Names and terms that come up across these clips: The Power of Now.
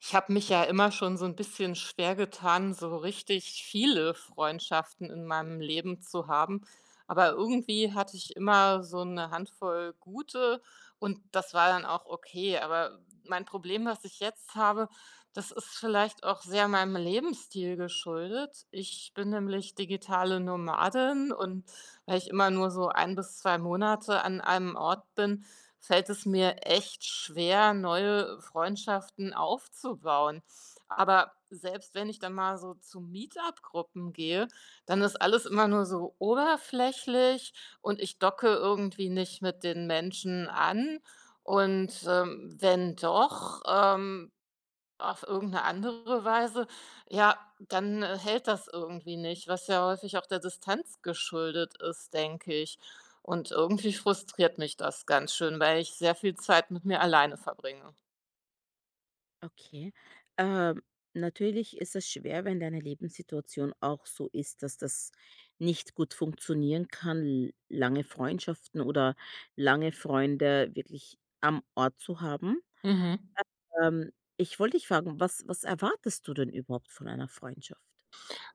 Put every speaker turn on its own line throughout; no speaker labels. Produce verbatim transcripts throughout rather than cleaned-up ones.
Ich habe mich ja immer schon so ein bisschen schwer getan, so richtig viele Freundschaften in meinem Leben zu haben. Aber irgendwie hatte ich immer so eine Handvoll gute, und das war dann auch okay. Aber mein Problem, was ich jetzt habe, das ist vielleicht auch sehr meinem Lebensstil geschuldet. Ich bin nämlich digitale Nomadin, und weil ich immer nur so ein bis zwei Monate an einem Ort bin, fällt es mir echt schwer, neue Freundschaften aufzubauen. Aber selbst wenn ich dann mal so zu Meetup-Gruppen gehe, dann ist alles immer nur so oberflächlich und ich docke irgendwie nicht mit den Menschen an. Und ähm, wenn doch, ähm, auf irgendeine andere Weise, ja, dann äh, hält das irgendwie nicht, was ja häufig auch der Distanz geschuldet ist, denke ich. Und irgendwie frustriert mich das ganz schön, weil ich sehr viel Zeit mit mir alleine verbringe.
Okay. Ähm, natürlich ist es schwer, wenn deine Lebenssituation auch so ist, dass das nicht gut funktionieren kann, l- lange Freundschaften oder lange Freunde wirklich am Ort zu haben.
Mhm.
Ähm, ich wollte dich fragen, was, was erwartest du denn überhaupt von einer Freundschaft?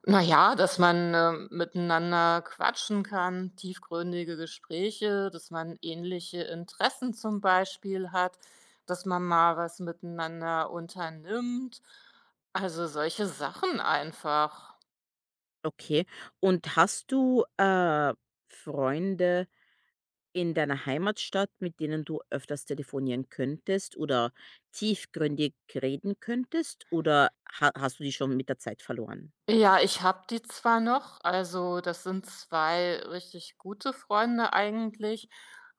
Na ja, dass man ähm, miteinander quatschen kann, tiefgründige Gespräche, dass man ähnliche Interessen zum Beispiel hat, dass man mal was miteinander unternimmt. Also, solche Sachen einfach.
Okay. Und hast du äh, Freunde, in deiner Heimatstadt, mit denen du öfters telefonieren könntest oder tiefgründig reden könntest oder ha hast du die schon mit der Zeit verloren?
Ja, ich habe die zwar noch, also das sind zwei richtig gute Freunde eigentlich,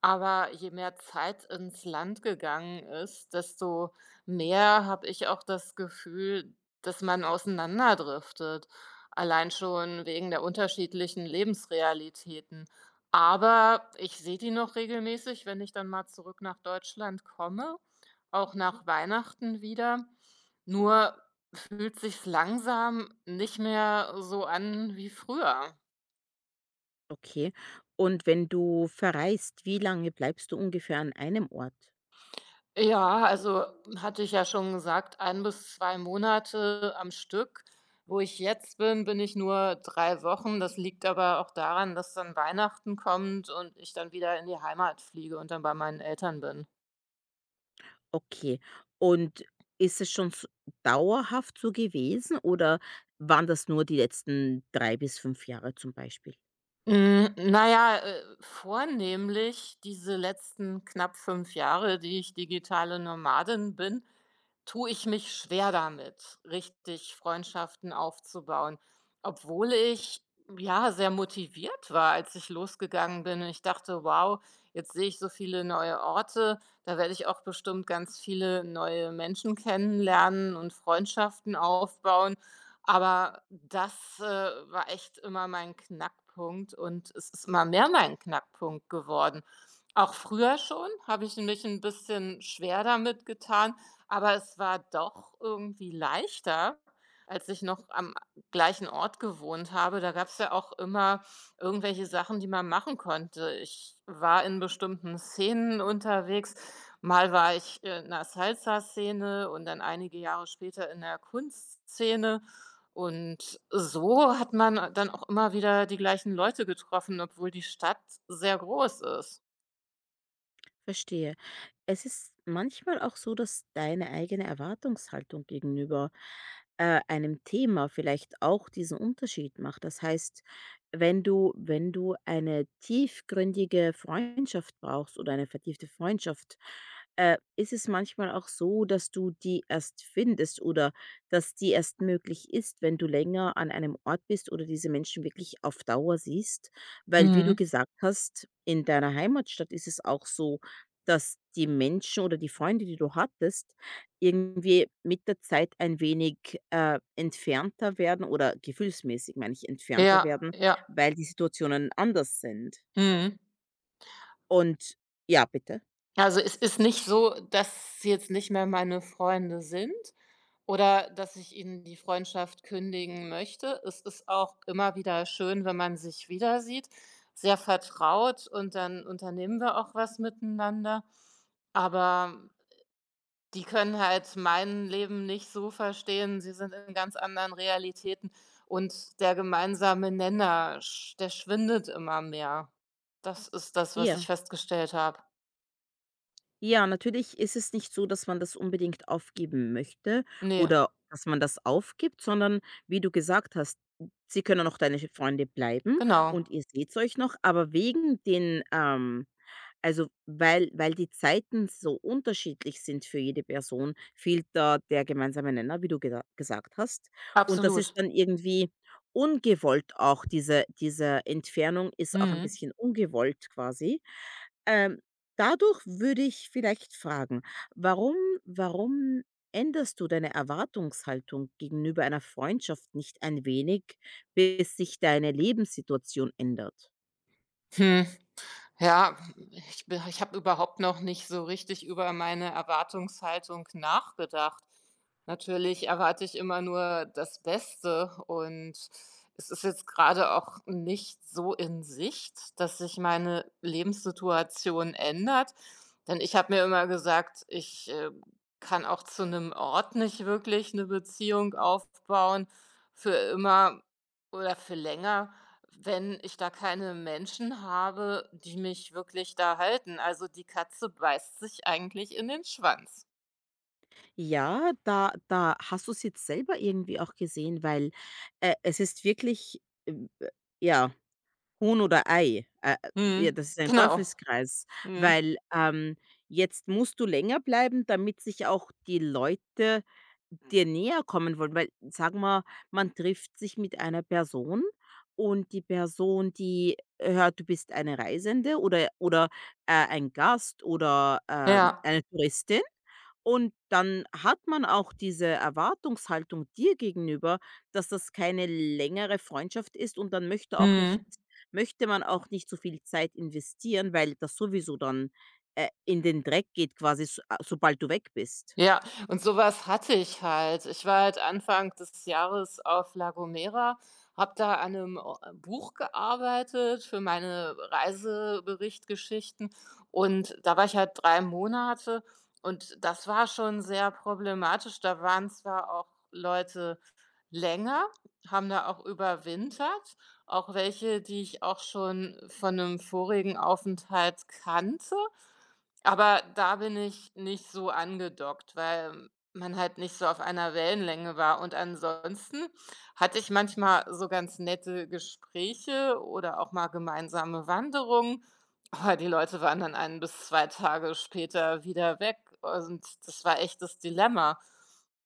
aber je mehr Zeit ins Land gegangen ist, desto mehr habe ich auch das Gefühl, dass man auseinanderdriftet, allein schon wegen der unterschiedlichen Lebensrealitäten. Aber ich sehe die noch regelmäßig, wenn ich dann mal zurück nach Deutschland komme, auch nach Weihnachten wieder. Nur fühlt sich's langsam nicht mehr so an wie früher?
Okay. Und wenn du verreist, wie lange bleibst du ungefähr an einem Ort?
Ja, also hatte ich ja schon gesagt, ein bis zwei Monate am Stück. Wo ich jetzt bin, bin ich nur drei Wochen. Das liegt aber auch daran, dass dann Weihnachten kommt und ich dann wieder in die Heimat fliege und dann bei meinen Eltern bin.
Okay. Und ist es schon s dauerhaft so gewesen oder waren das nur die letzten drei bis fünf Jahre zum Beispiel?
Hm, na ja, äh, vornehmlich diese letzten knapp fünf Jahre, die ich digitale Nomadin bin, tue ich mich schwer damit, richtig Freundschaften aufzubauen, obwohl ich ja sehr motiviert war, als ich losgegangen bin. Und ich dachte, wow, jetzt sehe ich so viele neue Orte, da werde ich auch bestimmt ganz viele neue Menschen kennenlernen und Freundschaften aufbauen. Aber das äh, war echt immer mein Knackpunkt und es ist immer mehr mein Knackpunkt geworden. Auch früher schon habe ich mich ein bisschen schwer damit getan, aber es war doch irgendwie leichter, als ich noch am gleichen Ort gewohnt habe. Da gab es ja auch immer irgendwelche Sachen, die man machen konnte. Ich war in bestimmten Szenen unterwegs. Mal war ich äh, in einer Salsa-Szene und dann einige Jahre später in der Kunstszene. Und so hat man dann auch immer wieder die gleichen Leute getroffen, obwohl die Stadt sehr groß ist.
Verstehe. Es ist manchmal auch so, dass deine eigene Erwartungshaltung gegenüber, äh, einem Thema vielleicht auch diesen Unterschied macht. Das heißt, wenn du wenn du eine tiefgründige Freundschaft brauchst oder eine vertiefte Freundschaft, äh, ist es manchmal auch so, dass du die erst findest oder dass die erst möglich ist, wenn du länger an einem Ort bist oder diese Menschen wirklich auf Dauer siehst. Weil wie du
Mhm.
gesagt hast, in deiner Heimatstadt ist es auch so, dass die Menschen oder die Freunde, die du hattest, irgendwie mit der Zeit ein wenig, äh, entfernter werden oder gefühlsmäßig, meine ich, entfernter
Ja,
werden,
ja,
weil die Situationen anders sind.
mhm.
Und ja, bitte?
Also, es ist nicht so, dass sie jetzt nicht mehr meine Freunde sind oder dass ich ihnen die Freundschaft kündigen möchte. Es ist auch immer wieder schön, wenn man sich wieder sieht, sehr vertraut, und dann unternehmen wir auch was miteinander. Aber die können halt mein Leben nicht so verstehen. Sie sind in ganz anderen Realitäten und der gemeinsame Nenner, sch der schwindet immer mehr. Das ist das, was ich
Ja.
festgestellt habe.
Ja, natürlich ist es nicht so, dass man das unbedingt aufgeben möchte
Ne,
oder dass man das aufgibt, sondern wie du gesagt hast, sie können noch deine Freunde bleiben
genau.
und ihr seht euch noch, aber wegen den, ähm, also weil, weil die Zeiten so unterschiedlich sind für jede Person, fehlt da der gemeinsame Nenner, wie du geda- gesagt hast. Und das
Absolut.
ist dann irgendwie ungewollt auch, diese, diese Entfernung ist auch ein
Mhm.
bisschen ungewollt quasi. Ähm, dadurch würde ich vielleicht fragen: Warum warum änderst du deine Erwartungshaltung gegenüber einer Freundschaft nicht ein wenig, bis sich deine Lebenssituation ändert?
Hm, ja, ich bin ich habe überhaupt noch nicht so richtig über meine Erwartungshaltung nachgedacht. Natürlich erwarte ich immer nur das Beste, und es ist jetzt gerade auch nicht so in Sicht, dass sich meine Lebenssituation ändert, denn ich habe mir immer gesagt, ich äh, kann auch zu einem Ort nicht wirklich eine Beziehung aufbauen, für immer oder für länger, wenn ich da keine Menschen habe, die mich wirklich da halten. Also, die Katze beißt sich eigentlich in den Schwanz.
Ja, da da hast du es jetzt selber irgendwie auch gesehen, weil, äh, es ist wirklich, ähm, äh, ja. Huhn oder Ei. Äh, ja, das
Mhm.
ist ein
Genau.
Teufelskreis,
Mhm.
weil, ähm, jetzt musst du länger bleiben, damit sich auch die Leute dir näher kommen wollen, weil sagen wir, man trifft sich mit einer Person und die Person, die äh, hört, du bist eine Reisende oder oder, äh, ein Gast oder, ähm,
Ja.
eine Touristin und dann hat man auch diese Erwartungshaltung dir gegenüber, dass das keine längere Freundschaft ist und dann möchte auch nicht
Mhm.
möchte man auch nicht so viel Zeit investieren, weil das sowieso dann, äh, in den Dreck geht quasi, so a sobald du weg bist.
Ja, und sowas hatte ich halt. Ich war halt Anfang des Jahres auf La Gomera, habe da an einem o Buch gearbeitet für meine Reiseberichtgeschichten, und da war ich halt drei Monate, und das war schon sehr problematisch. Da waren zwar auch Leute länger, haben da auch überwintert, auch welche, die ich auch schon von einem vorigen Aufenthalt kannte. Aber da bin ich nicht so angedockt, weil man halt nicht so auf einer Wellenlänge war. Und ansonsten hatte ich manchmal so ganz nette Gespräche oder auch mal gemeinsame Wanderungen. Aber die Leute waren dann ein bis zwei Tage später wieder weg und das war echt das Dilemma.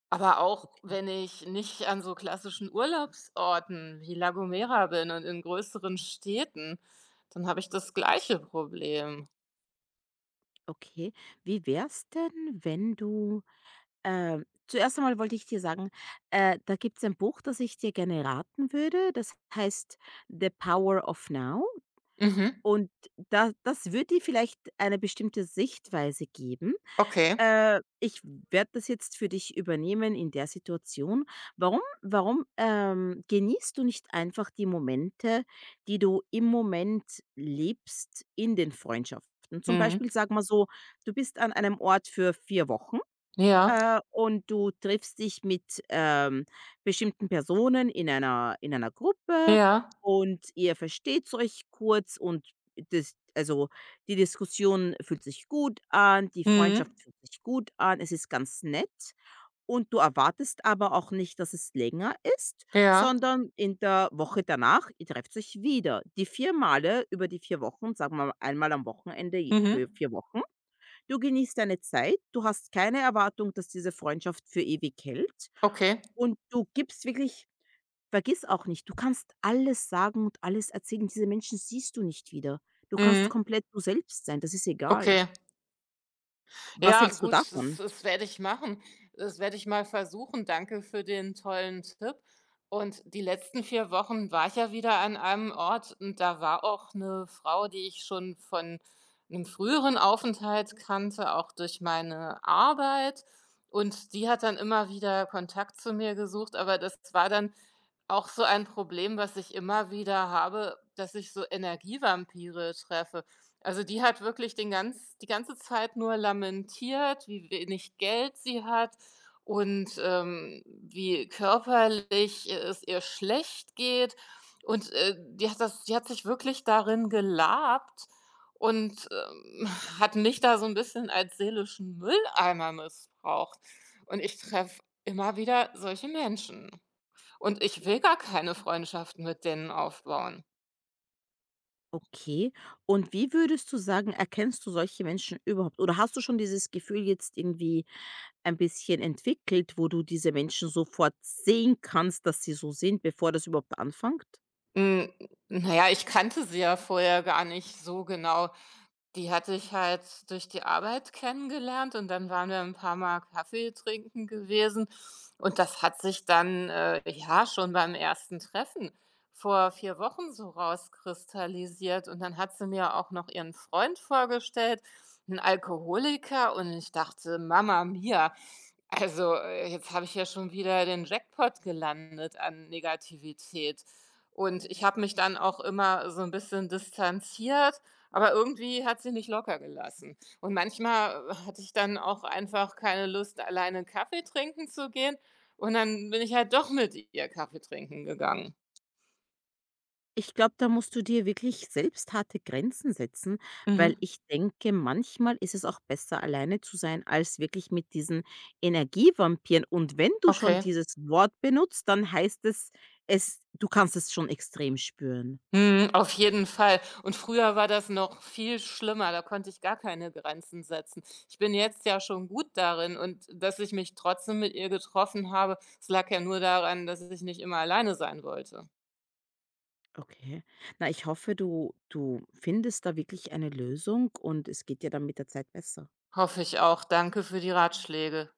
Aber auch
Okay,
wenn ich nicht an so klassischen Urlaubsorten wie La Gomera bin und in größeren Städten, dann habe ich das gleiche Problem.
okay. Wie wär's denn, wenn du ähm, zuerst einmal wollte ich dir sagen, äh, da gibt's ein Buch, das ich dir gerne raten würde. Das heißt „The Power of Now“.
Mhm,
Und da das wird dir vielleicht eine bestimmte Sichtweise geben.
okay.
Äh, ich werde das jetzt für dich übernehmen in der Situation. Warum warum, ähm, genießt du nicht einfach die Momente, die du im Moment lebst in den Freundschaften? Zum
Mhm.
Beispiel, sag mal so, du bist an einem Ort für vier Wochen
Ja,
äh, und du triffst dich mit, ähm, bestimmten Personen in einer in einer Gruppe
ja.
und ihr versteht euch kurz und das also, die Diskussion fühlt sich gut an, die Freundschaft
Mhm.
fühlt sich gut an, es ist ganz nett und du erwartest aber auch nicht, dass es länger ist,
Ja.
sondern in der Woche danach, ihr trefft euch wieder. Die vier Male über die vier Wochen, sagen wir mal einmal am Wochenende je für
Mhm.
vier Wochen. Du genießt deine Zeit, du hast keine Erwartung, dass diese Freundschaft für ewig hält
Okay.
und du gibst wirklich, vergiss auch nicht, du kannst alles sagen und alles erzählen. Diese Menschen siehst du nicht wieder. Du kannst
Mhm.
komplett du selbst sein, das ist egal.
Okay.
Was
Ja,
hältst du
gut, das
davon?
das werde ich machen. Das werde ich mal versuchen. Danke für den tollen Tipp. Und die letzten vier Wochen war ich ja wieder an einem Ort, und da war auch eine Frau, die ich schon von einem früheren Aufenthalt kannte, auch durch meine Arbeit. Und die hat dann immer wieder Kontakt zu mir gesucht, aber das war dann auch so ein Problem, was ich immer wieder habe, dass ich so Energievampire treffe. Also, die hat wirklich den ganz die ganze Zeit nur lamentiert, wie wenig Geld sie hat und ähm, wie körperlich e es ihr schlecht geht. Und äh, die hat das die hat sich wirklich darin gelabt und ähm, hat mich da so ein bisschen als seelischen Mülleimer missbraucht. Und ich treffe immer wieder solche Menschen. Und ich will gar keine Freundschaften mit denen aufbauen.
Okay. Und wie würdest du sagen, erkennst du solche Menschen überhaupt? Oder hast du schon dieses Gefühl jetzt irgendwie ein bisschen entwickelt, wo du diese Menschen sofort sehen kannst, dass sie so sind, bevor das überhaupt anfängt?
Hm, na ja, ich kannte sie ja vorher gar nicht so genau. Die hatte ich halt durch die Arbeit kennengelernt, und dann waren wir ein paar Mal Kaffee trinken gewesen, und das hat sich dann, äh, ja, schon beim ersten Treffen vor vier Wochen so rauskristallisiert, und dann hat sie mir auch noch ihren Freund vorgestellt, einen Alkoholiker, und ich dachte: „Mama Mia, also äh, jetzt habe ich ja schon wieder den Jackpot gelandet an Negativität.“ Und ich habe mich dann auch immer so ein bisschen distanziert, aber irgendwie hat sie nicht locker gelassen. Und manchmal äh, hatte ich dann auch einfach keine Lust, alleine Kaffee trinken zu gehen, und dann bin ich halt doch mit ihr Kaffee trinken gegangen.
Ich glaube, da musst du dir wirklich selbst harte Grenzen setzen, weil
Mhm.
ich denke, manchmal ist es auch besser, alleine zu sein, als wirklich mit diesen Energievampiren. Und wenn du schon
Okay.
dieses Wort benutzt, dann heißt es, es du kannst es schon extrem spüren.
Mhm, auf jeden Fall. Und früher war das noch viel schlimmer, da konnte ich gar keine Grenzen setzen. Ich bin jetzt ja schon gut darin, und dass ich mich trotzdem mit ihr getroffen habe, es lag ja nur daran, dass ich nicht immer alleine sein wollte.
Okay. Na, ich hoffe, du du findest da wirklich eine Lösung und es geht dir dann mit der Zeit besser.
Hoffe ich auch. Danke für die Ratschläge.